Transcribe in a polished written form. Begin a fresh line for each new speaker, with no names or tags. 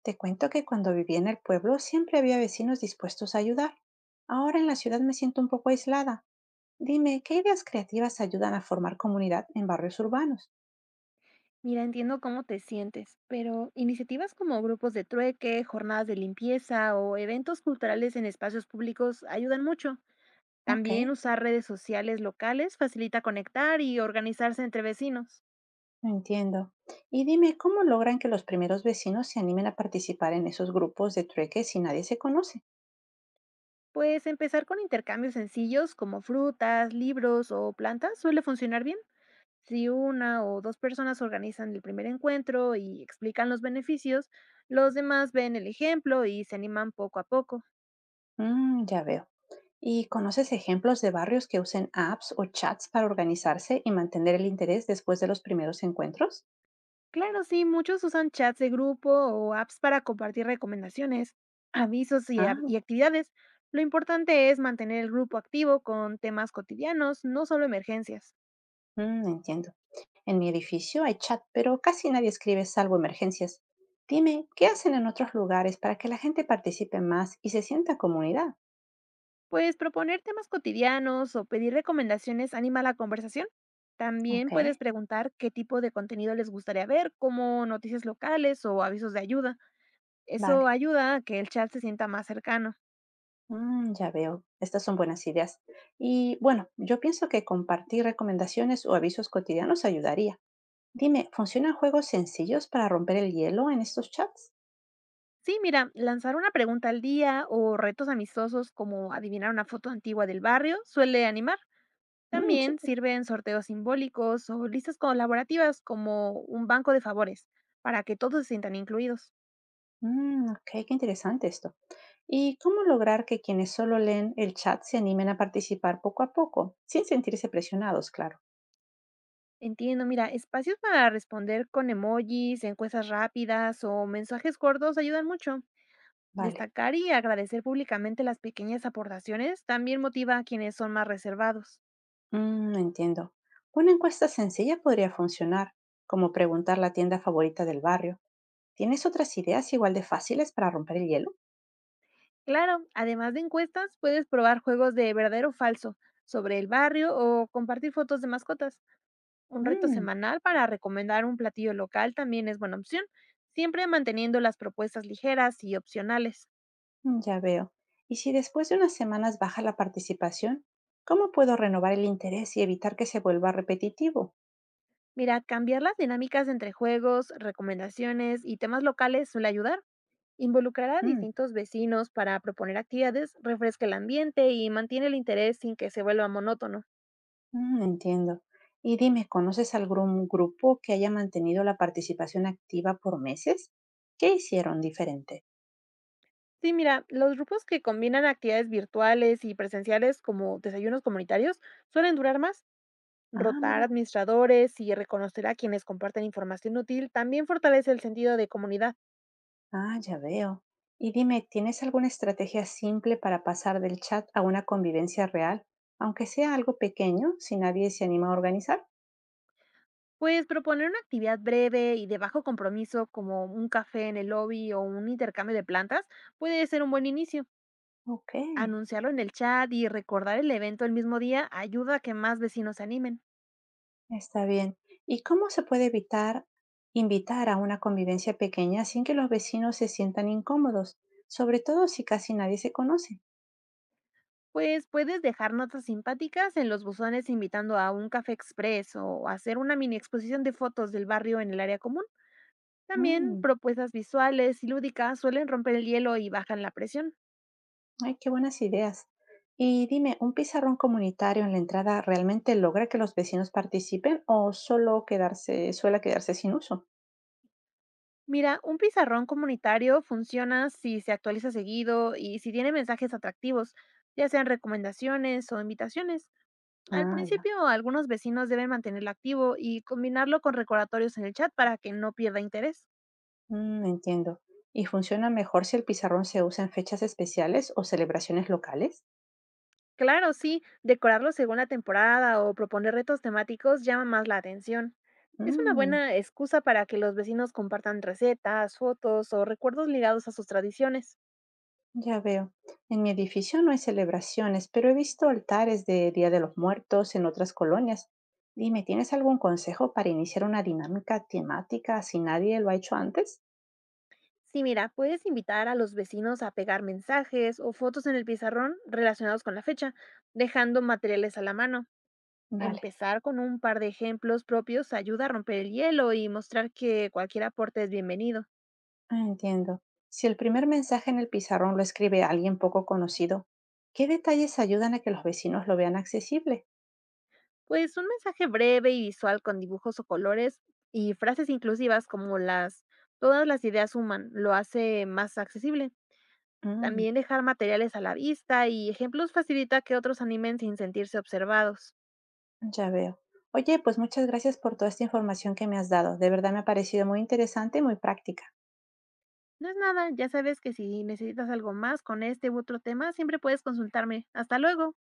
Te cuento que cuando vivía en el pueblo siempre había vecinos dispuestos a ayudar. Ahora en la ciudad me siento un poco aislada. Dime, ¿qué ideas creativas ayudan a formar comunidad en barrios urbanos?
Mira, entiendo cómo te sientes, pero iniciativas como grupos de trueque, jornadas de limpieza o eventos culturales en espacios públicos ayudan mucho.
Ok,
También usar redes sociales locales facilita conectar y organizarse entre vecinos.
entiendo. Y dime, ¿cómo logran que los primeros vecinos se animen a participar en esos grupos de trueque si nadie se conoce?
Pues empezar con intercambios sencillos como frutas, libros o plantas suele funcionar bien. Si una o dos personas organizan el primer encuentro y explican los beneficios, los demás ven el ejemplo y se animan poco a poco.
Mm, ya veo. ¿Y conoces ejemplos de barrios que usen apps o chats para organizarse y mantener el interés después de los primeros encuentros?
Claro, sí, muchos usan chats de grupo o apps para compartir recomendaciones, avisos y, a-
Ah,
y actividades. Lo importante es mantener el grupo activo con temas cotidianos, no solo emergencias.
entiendo. En mi edificio hay chat, pero casi nadie escribe salvo emergencias. Dime, ¿qué hacen en otros lugares para que la gente participe más y se sienta comunidad?
Pues proponer temas cotidianos o pedir recomendaciones anima la conversación. También
Ok,
puedes preguntar qué tipo de contenido les gustaría ver, como noticias locales o avisos de ayuda. Eso
vale.
ayuda a que el chat se sienta más cercano.
Mm, ya veo. Estas son buenas ideas. Y bueno, yo pienso que compartir recomendaciones o avisos cotidianos ayudaría. Dime, ¿funcionan juegos sencillos para romper el hielo en estos chats?
Sí, mira, lanzar una pregunta al día o retos amistosos como adivinar una foto antigua del barrio suele animar.
Mm,
También
súper.
sirven sorteos simbólicos o listas colaborativas como un banco de favores para que todos se sientan incluidos.
Mm, ok, qué interesante esto. ¿Y cómo lograr que quienes solo leen el chat se animen a participar poco a poco, sin sentirse presionados, claro?
Entiendo, mira, espacios para responder con emojis, encuestas rápidas o mensajes cortos ayudan mucho.
Vale.
Destacar y agradecer públicamente las pequeñas aportaciones también motiva a quienes son más reservados.
Entiendo. Una encuesta sencilla podría funcionar, como preguntar la tienda favorita del barrio. ¿Tienes otras ideas igual de fáciles para romper el hielo?
Claro, además de encuestas, puedes probar juegos de verdadero o falso sobre el barrio o compartir fotos de mascotas. Un reto
Mm,
semanal para recomendar un platillo local también es buena opción, siempre manteniendo las propuestas ligeras y opcionales.
ya veo. Y si después de unas semanas baja la participación, ¿cómo puedo renovar el interés y evitar que se vuelva repetitivo?
Mira, cambiar las dinámicas entre juegos, recomendaciones y temas locales suele ayudar. Involucrar a
Mm,
distintos vecinos para proponer actividades refresca el ambiente y mantiene el interés sin que se vuelva monótono.
Entiendo. Y dime, ¿conoces algún grupo que haya mantenido la participación activa por meses? ¿Qué hicieron diferente?
Sí, mira, los grupos que combinan actividades virtuales y presenciales como desayunos comunitarios suelen durar más.
Ah,
Rotar
mira.
administradores y reconocer a quienes comparten información útil también fortalece el sentido de comunidad.
Ah, ya veo. Y dime, ¿tienes alguna estrategia simple para pasar del chat a una convivencia real, aunque sea algo pequeño, si nadie se anima a organizar?
Pues proponer una actividad breve y de bajo compromiso como un café en el lobby o un intercambio de plantas puede ser un buen inicio.
Ok,
Anunciarlo en el chat y recordar el evento el mismo día ayuda a que más vecinos se animen.
está bien. ¿Y cómo se puede evitar invitar a una convivencia pequeña sin que los vecinos se sientan incómodos, sobre todo si casi nadie se conoce?
Pues puedes dejar notas simpáticas en los buzones invitando a un café expreso o hacer una mini exposición de fotos del barrio en el área común. También
Mm,
propuestas visuales y lúdicas suelen romper el hielo y bajan la presión.
ay, qué buenas ideas. Y dime, ¿un pizarrón comunitario en la entrada realmente logra que los vecinos participen o solo quedarse, suele quedarse sin uso?
Mira, un pizarrón comunitario funciona si se actualiza seguido y si tiene mensajes atractivos, ya sean recomendaciones o invitaciones. Al
Ah, ya.
principio, algunos vecinos deben mantenerlo activo y combinarlo con recordatorios en el chat para que no pierda interés.
Entiendo. ¿Y funciona mejor si el pizarrón se usa en fechas especiales o celebraciones locales?
Claro, sí, decorarlo según la temporada o proponer retos temáticos llama más la atención. Es una
Mm,
buena excusa para que los vecinos compartan recetas, fotos o recuerdos ligados a sus tradiciones.
ya veo. En mi edificio no hay celebraciones, pero he visto altares de Día de los Muertos en otras colonias. Dime, ¿tienes algún consejo para iniciar una dinámica temática si nadie lo ha hecho antes?
Sí, mira, puedes invitar a los vecinos a pegar mensajes o fotos en el pizarrón relacionados con la fecha, dejando materiales a la mano.
Vale,
Empezar con un par de ejemplos propios ayuda a romper el hielo y mostrar que cualquier aporte es bienvenido.
ah, entiendo. Si el primer mensaje en el pizarrón lo escribe alguien poco conocido, ¿qué detalles ayudan a que los vecinos lo vean accesible?
Pues un mensaje breve y visual con dibujos o colores y frases inclusivas como las todas las ideas suman, lo hace más accesible.
Mm.
También dejar materiales a la vista y ejemplos facilita que otros animen sin sentirse observados.
Ya veo. Oye, pues muchas gracias por toda esta información que me has dado. De verdad me ha parecido muy interesante y muy práctica.
No es nada, ya sabes que si necesitas algo más con este u otro tema, siempre puedes consultarme. Hasta luego.